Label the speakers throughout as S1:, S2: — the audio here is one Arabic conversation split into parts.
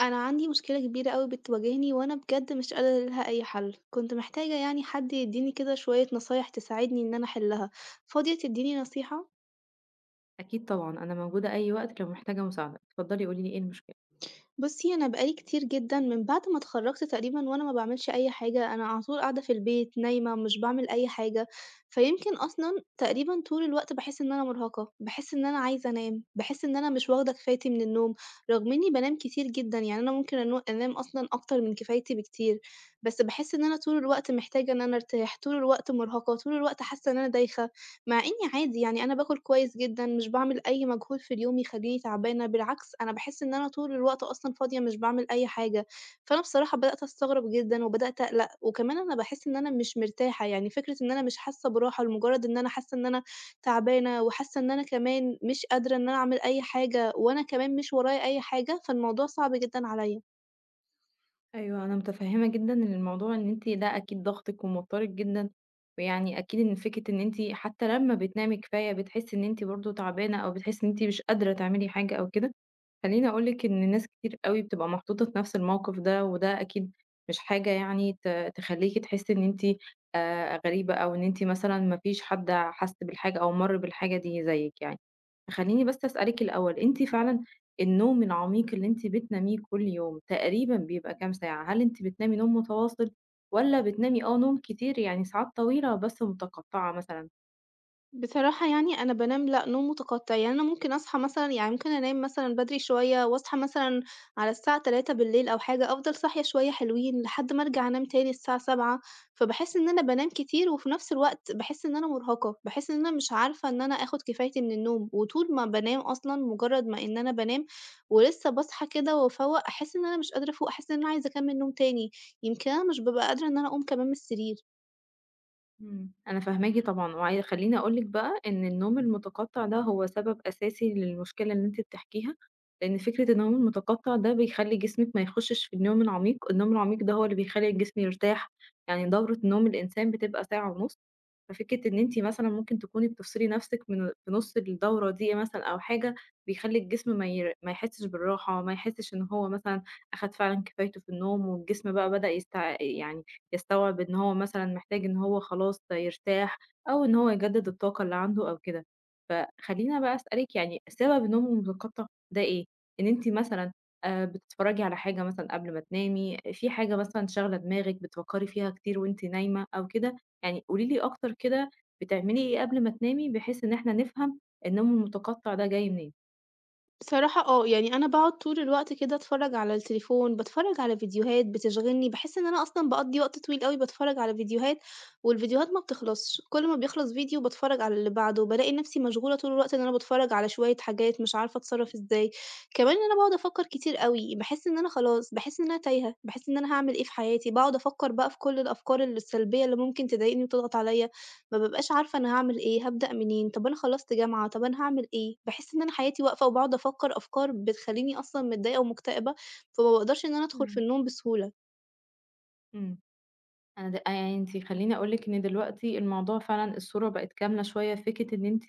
S1: أنا عندي مشكلة كبيرة أوي بتواجهني وأنا بجد مش قادرة لها أي حل، كنت محتاجة يعني حد يديني كده شوية نصايح تساعدني إن أنا أحلها، فاضية تديني نصيحة؟
S2: أكيد طبعًا، أنا موجودة أي وقت لو محتاجة مساعدة، اتفضلي قولي لي إيه المشكلة.
S1: بُصّي، أنا بقى لي كتير جدًا من بعد ما اتخرّجت تقريبًا وأنا ما باعملش أي حاجة، أنا على طول قاعدة في البيت نايمة، مش باعمل أي حاجة، فيمكن أصلًا تقريبًا طول الوقت باحس إن أنا مرهقة، باحس إن أنا عايزة أنام، باحس إن أنا مش واخدة كفايتي من النوم، رغم إني بانام كتير جدًا، يعني أنا ممكن أنو أنام أصلًا أكتر من كفايتي بكتير، بس باحس إن أنا طول الوقت محتاجة إن أنا أرتاح، طول الوقت مرهقة، طول الوقت حاسة إن أنا دايخة. مع إني عادي يعني أنا باكل كويس جدًا، مش باعمل أي مجهود في اليوم يخلّيني تعبانة، بالعكس أنا باحس إن أنا طول الوقت أصلًا فاضية مش باعمل أي حاجة، فأنا بصراحة بدأت أستغرب جدًا وبدأت أقلق، وكمان أنا باحس إن أنا مش مرتاحة، يعني فكرة إن أنا مش حاسة براحة لمجرد إن أنا حاسة إن أنا تعبانة وحاسة إن أنا كمان مش قادرة إن أنا أعمل أي حاجة وأنا كمان مش ورايا أي حاجة، فالموضوع صعب جدًا عليّا.
S2: أيوه، أنا متفهمة جدًا إن الموضوع إن أنتِ ده أكيد ضاغطِك وموترِك جدًا، ويعني أكيد إن فكرة إن أنتِ حتى لمّا بتنامي كفاية بتحسي إن أنتِ برضه تعبانة، أو بتحسي إن أنتِ مش قادرة تعملي حاجة أو كده. خلّيني أقول لِك إن ناس كتير أوي بتبقى محطوطة في نفس الموقف ده، وده أكيد مش حاجة، يعني تخلّيكِ تحسّي إن أنتِ غريبة، أو إن أنتِ مثلًا ما فيش حد حَس بالحاجة أو مَر بالحاجة دي زيِّك، يعني. خلّيني بس أسألِك الأول، أنتِ فعلًا النوم العميق اللي أنتِ بتناميه كل يوم تقريبًا بيبقى كام ساعة؟ هل أنتِ بتنامي نوم متواصل والّا بتنامي نوم كتير، يعني ساعات طويلة بس متقطّعة مثلًا؟
S1: بصراحة يعني أنا بانام لأ، نوم متقطع، يعني أنا ممكن أصحى مثلًا يعني ممكن أنام مثلًا بدري شوية وأصحى مثلًا على الساعة 03:00 أو حاجة، أفضل صاحية شوية حلوين لحد ما أرجع أنام تاني الساعة 07:00 فباحس إن أنا بانام كتير وفي نفس الوقت باحس إن أنا مرهقة، باحس إن أنا مش عارفة إن أنا آخد كفايتي من النوم، وطول ما بانام أصلًا مجرد ما إن أنا بانام ولسه باصحى كده وأفوّق، أحس إن أنا مش قادرة أفوق، أحس إن أنا عايزة أكمل نوم تاني، يمكن أنا مش بابقى قادرة إن أنا أقوم كمان من السرير.
S2: أنا فاهماكِ طبعًا، وعاي خلّيني أقول لِك بقى إن النوم المتقطّع ده هو سبب أساسي للمشكلة اللي أنتِ بتحكيها، لإن فكرة النوم المتقطّع ده بيخلّي جسمِك ما يخشش في النوم العميق. النوم العميق ده هو اللي بيخلّي الجسم يرتاح، يعني دورة نوم الإنسان بتبقى ساعة ونُص. ففكرة إن أنتِ مثلًا ممكن تكوني بتفصلي نَفْسِك من في نُص الدورة دي مثلًا أو حاجة، بيخلّي الجسم ما يحسّش بالراحة، ما يحسّش إن هو مثلًا أخَد فعلًا كفايته في النوم، والجسم بقى بدأ يعني يستوعب إن هو مثلًا محتاج إن هو خلاص يرتاح، أو إن هو يجدد الطاقة اللي عنده أو كده. فخلّيني بقى أسألِك، يعني سبب النوم المتقطع ده إيه؟ إن أنتِ مثلًا بتتفرجي على حاجة مثلًا قبل ما تنامي، في حاجة مثلًا شاغلة دماغِك بتفكّري فيها كتير وأنتِ نايمة أو كده؟ يعني قولي لي أكتر كده، بتعملي إيه قبل ما تنامي، بحيث إن إحنا نفهم النوم المتقطع ده جاي منين؟
S1: بصراحة آه، يعني أنا باقعد طول الوقت كده أتفرّج على التليفون، باتفرّج على فيديوهات بتشغلني، باحس إن أنا أصلًا باقضّي وقت طويل أوي باتفرّج على فيديوهات، والفيديوهات ما بتخلصش، كل ما بيخلص فيديو باتفرّج على اللي بعده، بالاقي نفسي مشغولة طول الوقت إن أنا باتفرّج على شوية حاجات مش عارفة أتصرّف إزاي، كمان إن أنا باقعد أفكّر كتير أوي، باحس إن أنا خلاص، باحس إن أنا تايهة، باحس إن أنا هاعمل إيه في حياتي، باقعد أفكّر بقى في كل الأفكار السلبية اللي ممكن تضايقني وتضغط عليَّ. ما بابقاش عارفة أنا هاعمل إيه، هابدأ منين، طب أنا خلّصت جامعة، طب أنا هاعمل إيه، باحس إن أنا حياتي واقفة وباقعد أفكّر أفكار بتخلّيني أصلًا متضايقة ومكتئبة، فما باقدرش إن أنا أدخل في
S2: إمم.
S1: النوم بسهولة.
S2: إمم. أنا د يعني أنتِ، خلّيني أقول لِك إن دلوقتي الموضوع فعلًا الصورة بقت كاملة شوية. فكرة إن أنتِ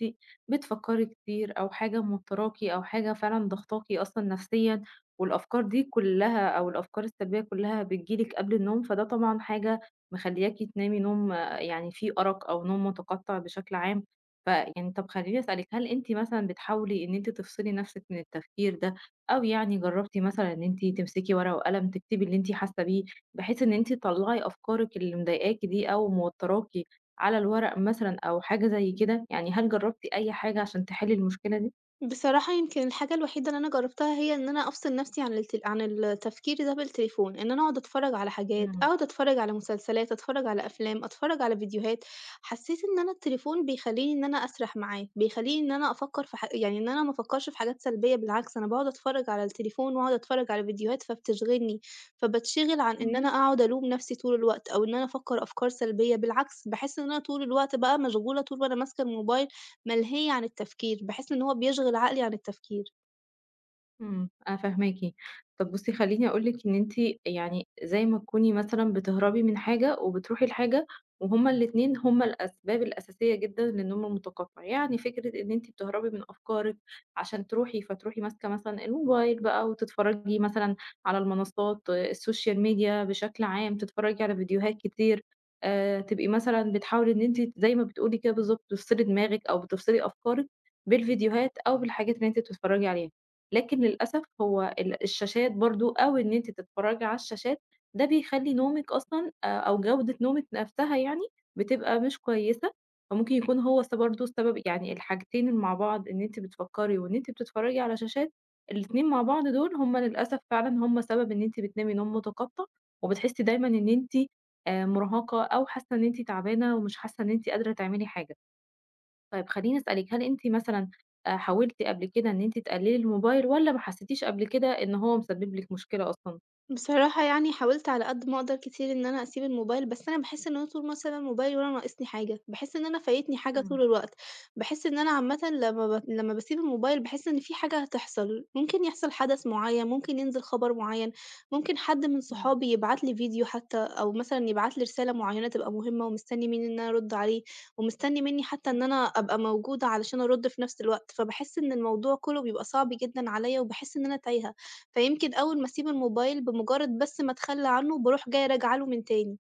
S2: بتفكّري كتير أو حاجة موتّراكِ أو حاجة فعلًا ضاغطاكِ أصلًا نفسيًا، والأفكار دي كلّها أو الأفكار السلبية كلّها بتيجي لِك قبل النوم، فده طبعًا حاجة مخلّياكِ تنامي نوم يعني فيه أرق أو نوم متقطّع بشكل عام. فيعني طَب خلّيني أسألِك، هل أنتِ مثلًا بتحاولي إن أنتِ تفصلي نفسِك من التفكير ده، أو يعني جرّبتِ مثلًا إن أنتِ تمسكي ورقة وقلم تكتبي اللي أنتِ حاسة بيه، بحيث إن أنتِ تطلّعي أفكارِك اللي مضايقاكِ دي أو موتّراكِ على الورق مثلًا أو حاجة زي كده؟ يعني هل جرّبتِ أي حاجة عشان تحلّي المشكلة دي؟
S1: بصراحة يمكن الحاجة الوحيدة اللي أنا جرّبتها هي إن أنا أفصل نَفْسي عن التفكير ده بالتليفون، إن أنا أقعد أتفرّج على حاجات، أقعد أتفرّج على مسلسلات، أتفرّج على أفلام، أتفرّج على فيديوهات. حسّيت إن أنا التليفون بيخلّيني إن أنا أسرح معاه، بيخلّيني إن أنا أفكّر في ح يعني إن أنا ما أفكّرش في حاجات سلبية بالعكس، أنا باقعد أتفرّج على التليفون وأقعد أتفرّج على فيديوهات فبتشغلني، فباتشغل عن إن
S2: إمم.
S1: أنا أقعد ألوم نَفْسي طول الوقت أو إن أنا أفكّر أفكار سلبية، بالعكس باحس إن أنا طول الوقت بقى مشغولة طول ما أنا ماسكة الموبايل ملهية عن التفكير، باحس إن هو بيشغِل عقلي عن التفكير.
S2: أنا فاهماكِ. طَب بُصّي، خلّيني أقول لِك إن أنتِ يعني زي ما تكوني مثلًا بتهربي من حاجة وبتروحي لحاجة، وهُم الاتنين هُم الأسباب الأساسية جدًا للنوم المتقطع. يعني فكرة إن أنتِ بتهربي من أفكارِك عشان تروحي، فتروحي ماسكة مثلًا الموبايل بقى وتتفرّجي مثلًا على المنصات الsocial media بشكل عام، تتفرّجي على فيديوهات كتير، تبقي مثلًا بتحاولي إن أنتِ زي ما بتقولي كده بالضبط تفصلي دماغِك أو بتفصلي أفكارِك بالفيديوهات أو بالحاجات اللي أنتِ بتتفرّجي عليها. لكن للأسف هو الشاشات برضه، أو إن أنتِ تتفرّجي على الشاشات، ده بيخلّي نومِك أصلًا أو جودة نومِك نَفْسها يعني بتبقى مش كويسة. فممكن يكون هو برضه السبب، يعني الحاجتين مع بعض، إن أنتِ بتفكّري وإن أنتِ بتتفرّجي على شاشات، الاتنين مع بعض دول هم للأسف فعلًا هم سبب إن أنتِ بتنامي نوم متقطّع، وبتحسّي دايمًا إن أنتِ مُرهقة أو حاسة إن أنتِ تعبانة ومش حاسة إن أنتِ قادرة تعملي حاجة. طيب خلّيني أسألِك، هل أنتِ مثلًا حاولتِ قبل كده إن أنتِ تقللي الموبايل، والّا ما حسيتيش قبل كده إن هو مسبب لِك مشكلة أصلًا؟
S1: بصراحة يعني حاولت على قد ما أقدر كتير إن أنا أسيب الموبايل، بس أنا باحس إن أنا طول مثلًا الموبايل وأنا ناقصني حاجة، باحس إن أنا فايتني حاجة طول
S2: إمم،
S1: الوقت، باحس إن أنا عامةً لمّا باسيب الموبايل باحس إن في حاجة هتحصل، ممكن يحصل حدث معين، ممكن ينزل خبر معين، ممكن حد من
S2: إمم.
S1: صحابي يبعت لي فيديو حتى، أو مثلًا يبعت لي رسالة معينة تبقى مهمة ومستني مني إن أنا أرد عليه، ومستني مني حتى إن أنا أبقى موجودة علشان أرد في نفس الوقت، فباحس إن الموضوع كله بيبقى صعب جدًا عليَّ وباحس إن أنا تايهة. فيمكن أول ما أسيب الموبايل بمجرد بس ما أتخلّى عنه، باروح جاية راجعة له من تاني.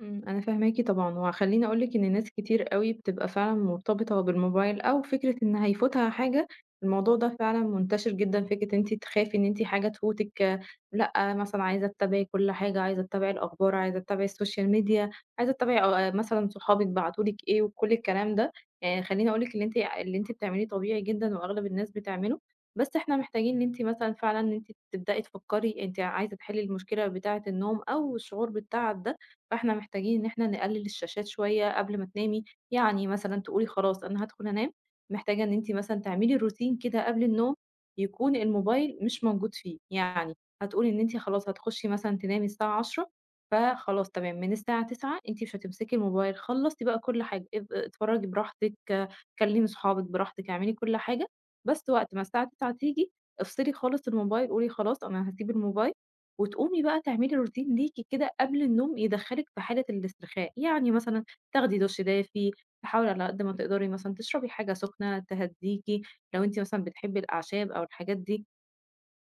S2: أنا فاهماكِ طبعًا، وخلّيني أقول لِك إن ناس كتير أوي بتبقى فعلًا مرتبطة بالموبايل أو فكرة إن هيفوتها حاجة. الموضوع ده فعلًا منتشر جدًا، فكرة إن أنتِ تخافي إن أنتِ حاجة تفوتِك، لأ مثلًا عايزة تتابعي كل حاجة، عايزة تتابعي الأخبار، عايزة تتابعي السوشيال ميديا، عايزة تتابعي مثلًا صحابِك بعتوا لِك إيه وكل الكلام ده. يعني خلّيني أقول لِك، اللي أنتِ بتعمليه طبيعي جدًا وأغلب الناس بتعمله، بس إحنا محتاجين إن أنتِ مثلًا فعلًا إن أنتِ تبدئي تفكّري أنتِ عايزة تحلّي المشكلة بتاعة النوم أو الشعور بالتعب ده، فإحنا محتاجين إن إحنا نقلل الشاشات شوية قبل ما تنامي. يعني مثلًا تقولي خلاص أنا هادخل أنام، محتاجة إن أنتِ مثلًا تعملي روتين كده قبل النوم يكون الموبايل مش موجود فيه. يعني هتقولي إن أنتِ خلاص هتخشي مثلًا تنامي الساعة 22:00 فخلاص تمام، من الساعة 21:00 أنتِ مش هتمسكي الموبايل، خلصتِ بقى كل حاجة، اتفرجي براحتك، كلمي صحابك براحتك، اعملي كل حاجة، بس وقت ما الساعة 21:00 تيجي افصلي خالص الموبايل، قولي خلاص أنا هاسيب الموبايل، وتقومي بقى تعملي روتين ليكِ كده قبل النوم يدخّلِك في حالة الاسترخاء. يعني مثلًا تاخدي دُش دافي، تحاولي على قد ما تقدري مثلًا تشربي حاجة سخنة تهدّيكِ. لو أنتِ مثلًا بتحبي الأعشاب أو الحاجات دي،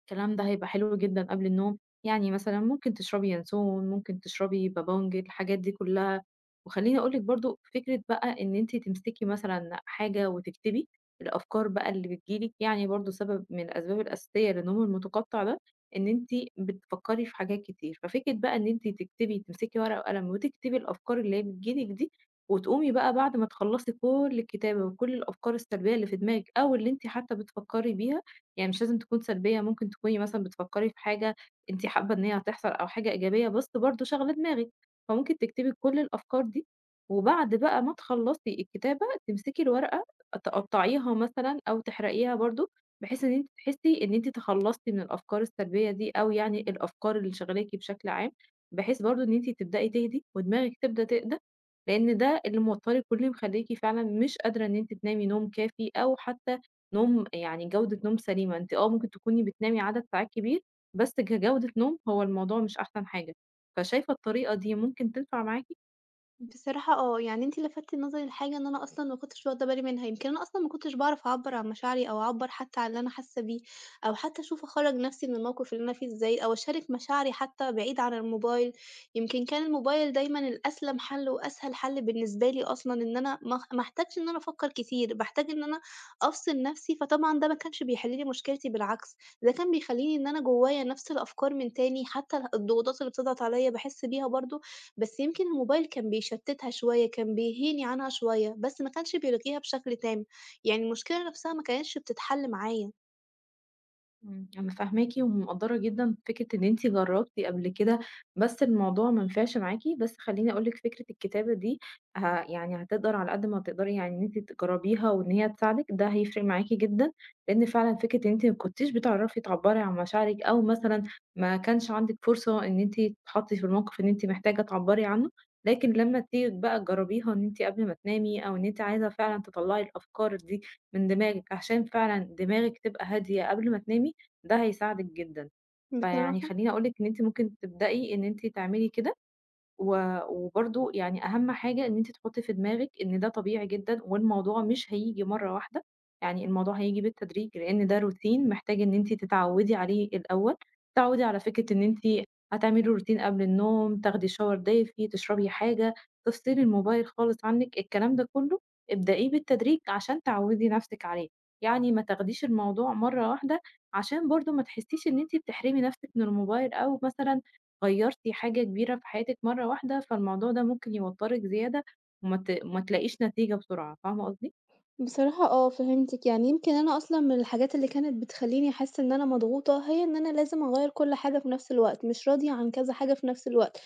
S2: الكلام ده هيبقى حلو جدًا قبل النوم. يعني مثلًا ممكن تشربي ينسون، ممكن تشربي بابونج، الحاجات دي كلها. وخلّيني أقول لِك برضه فكرة بقى إن أنتِ تمسكي مثلًا حاجة وتكتبي الأفكار بقى اللي بتيجي لِك، يعني برضه سبب من الأسباب الأساسية للنوم المتقطع ده إن أنتِ بتفكّري في حاجات كتير. ففكرة بقى إن أنتِ تكتبي، تمسكي ورقة وقلم وتكتبي الأفكار اللي هي بتيجي لِك دي، وتقومي بقى بعد ما تخلّصي كل الكتابة وكل الأفكار السلبية اللي في دماغِك أو اللي أنتِ حتى بتفكّري بيها، يعني مش لازم تكون سلبية، ممكن تكوني مثلًا بتفكّري في حاجة أنتِ حابة إن هي هتحصل أو حاجة إيجابية بس برضه شاغلة دماغِك، فممكن تكتبي كل الأفكار دي. وبعد بقى ما تخلّصي الكتابة، تمسكي الورقة تقطّعيها مثلًا أو تحرقيها برضه، بحيث إن أنتِ تحسّي إن أنتِ تخلّصتِ من الأفكار السلبية دي أو يعني الأفكار اللي شاغلاكِ بشكل عام، بحيث برضه إن أنتِ تبدئي تهدي ودماغِك تبدأ تهدى، لإن ده اللي موتّرِك واللي مخلّيكِ فعلًا مش قادرة إن أنتِ تنامي نوم كافي أو حتى نوم، يعني جودة نوم سليمة. أنتِ ممكن تكوني بتنامي عدد ساعات كبير، بس كجودة نوم هو الموضوع مش أحسن حاجة. فشايفة الطريقة دي ممكن تنفع معاكِ؟
S1: بصراحة آه، يعني أنتِ لفتتِ نظري لحاجة إن أنا أصلًا ما كنتش واخدة بالي منها، يمكن أنا أصلًا ما كنتش باعرف أعبّر عن مشاعري أو أعبّر حتى عن اللي أنا حاسة بيه، أو حتى أشوف أخرّج نفسي من الموقف اللي أنا فيه إزاي، أو أشارك مشاعري حتى بعيد عن الموبايل، يمكن كان الموبايل دايمًا الأسلم حل وأسهل حل بالنسبة لي أصلًا إن أنا ما احتاجش إن أنا أفكّر كتير، باحتاج إن أنا أفصل نفسي، فطبعًا ده ما كانش بيحل لي مشكلتي بالعكس، ده كان بيخلّيني إن أنا جوايا نفس الأفكار من تاني، حتى الضغوطات اللي بتضغط عليَّ باحس بيها برضه، بس يمكن الموبايل كان بيشتتها شوية، كان بيهيني عنها شوية، بس ما كانش بيلغيها بشكل تام، يعني المشكلة نفسها ما كانتش بتتحل معايا.
S2: أنا فاهماكِ ومقدّرة جدًا فكرة إن أنتِ جرّبتِ قبل كده، بس الموضوع ما نفعش معاكِ، بس خلّيني أقول لِك فكرة الكتابة دي يعني هتقدر على قد ما تقدري يعني إن أنتِ تجرّبيها وإن هي تساعدِك، ده هيفرق معاكِ جدًا، لإن فعلًا فكرة إن أنتِ ما كنتيش بتعرفي تعبّري عن مشاعرِك أو مثلًا ما كانش عندِك فرصة إن أنتِ تتحطّي في الموقف إن أنتِ محتاجة تعبّري عنه، لكن لمّا تيجي بقى تجرّبيها إن أنتِ قبل ما تنامي أو إن أنتِ عايزة فعلًا تطلّعي الأفكار دي من دماغِك عشان فعلًا دماغِك تبقى هادية قبل ما تنامي، ده هيساعدِك جدًا. فيعني
S1: بصراحة.
S2: خلّيني أقول لِك إن أنتِ ممكن تبدئي إن أنتِ تعملي كده. وبرضه يعني أهم حاجة إن أنتِ تحطّي في دماغِك إن ده طبيعي جدًا، والموضوع مش هييجي مرّة واحدة، يعني الموضوع هييجي بالتدريج، لإن ده روتين محتاج إن أنتِ تتعوّدي عليه الأول. تتعوّدي على فكرة إن أنتِ هتعملي روتين قبل النوم، تاخدي shower دافي، تشربي حاجة، تفصلي الموبايل خالص عنِّك. الكلام ده كلّه ابدئيه بالتدريج عشان تعوّدي نَفْسِك عليه، يعني ما تاخديش الموضوع مرّة واحدة عشان برضه ما تحسّيش إن أنتِ بتحرمي نَفْسِك من الموبايل، أو مثلًا غيّرتِ حاجة كبيرة في حياتِك مرّة واحدة، فالموضوع ده ممكن يوتّرِك زيادة وما ت ما تلاقيش نتيجة بسرعة، فاهمة قصدي؟
S1: بصراحة آه، فهمتِك، يعني يمكن أنا أصلًا من الحاجات اللي كانت بتخلّيني أحس إن أنا مضغوطة، هي إن أنا لازم أغيّر كل حاجة في نفس الوقت، مش راضية عن كذا حاجة في نفس الوقت.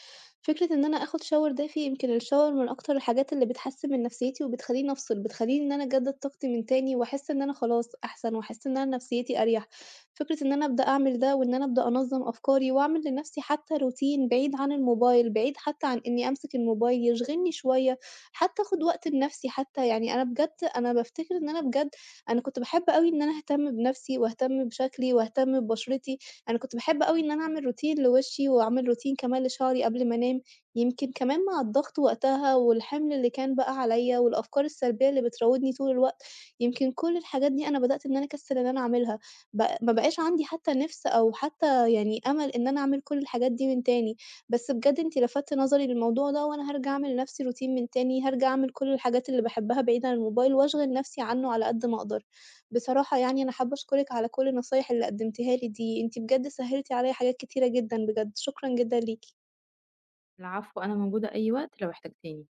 S1: فكرة إن أنا آخد shower دافي، يمكن الshower من أكتر الحاجات اللي بتحسّن من نفسيتي وبتخلّيني أفصل، بتخلّيني إن أنا أجدد طاقتي من تاني وأحس إن أنا خلاص أحسن وأحس إن أنا نفسيتي أريح. فكرة إن أنا أبدأ أعمل ده وإن أنا أبدأ أنظّم أفكاري وأعمل لنفسي حتى روتين بعيد عن الموبايل، بعيد حتى عن إني أمسك الموبايل، يشغلني شوية. حتى آخُد وقت لنَفْسي حتى، يعني أنا بجد أنا بافتكر إن أنا بجد أنا كنت باحب أوي إن أنا أهتم بنَفْسي وأهتم بشكلي وأهتم ببشرتي، أنا كنت باحب أوي إن أنا أعمل روتين لوشّي وأعمل روتين كمان لشعري قبل ما أنام، يمكن كمان مع الضغط وقتها والحِمل اللي كان بقى عليّا والأفكار السلبية اللي بتراودني طول الوقت، يمكن كل الحاجات دي أنا بدأت إن أنا أكسِّل إن أنا أعملها، ما بقاش عندي حتى نِفْس أو حتى يعني أمل إن أنا أعمل كل الحاجات دي من تاني. بس بجد أنتِ لفتِ نظري للموضوع ده، وأنا هارجع أعمل لنفسي routine من تاني، هارجع أعمل كل الحاجات اللي باحبها بعيد عن الموبايل، وأشغِل نفسي عنه على قد ما أقدر. بصراحة يعني أنا حابة أشكرِك على كل النصايح اللي قدمتيها لي دي، أنتِ بجد سهّلتِ عليَّ حاجات كتيرة جدًا بجد، شكرًا جدًا ليكِ.
S2: العفو، أنا موجودة أي وقت لو احتجتيني.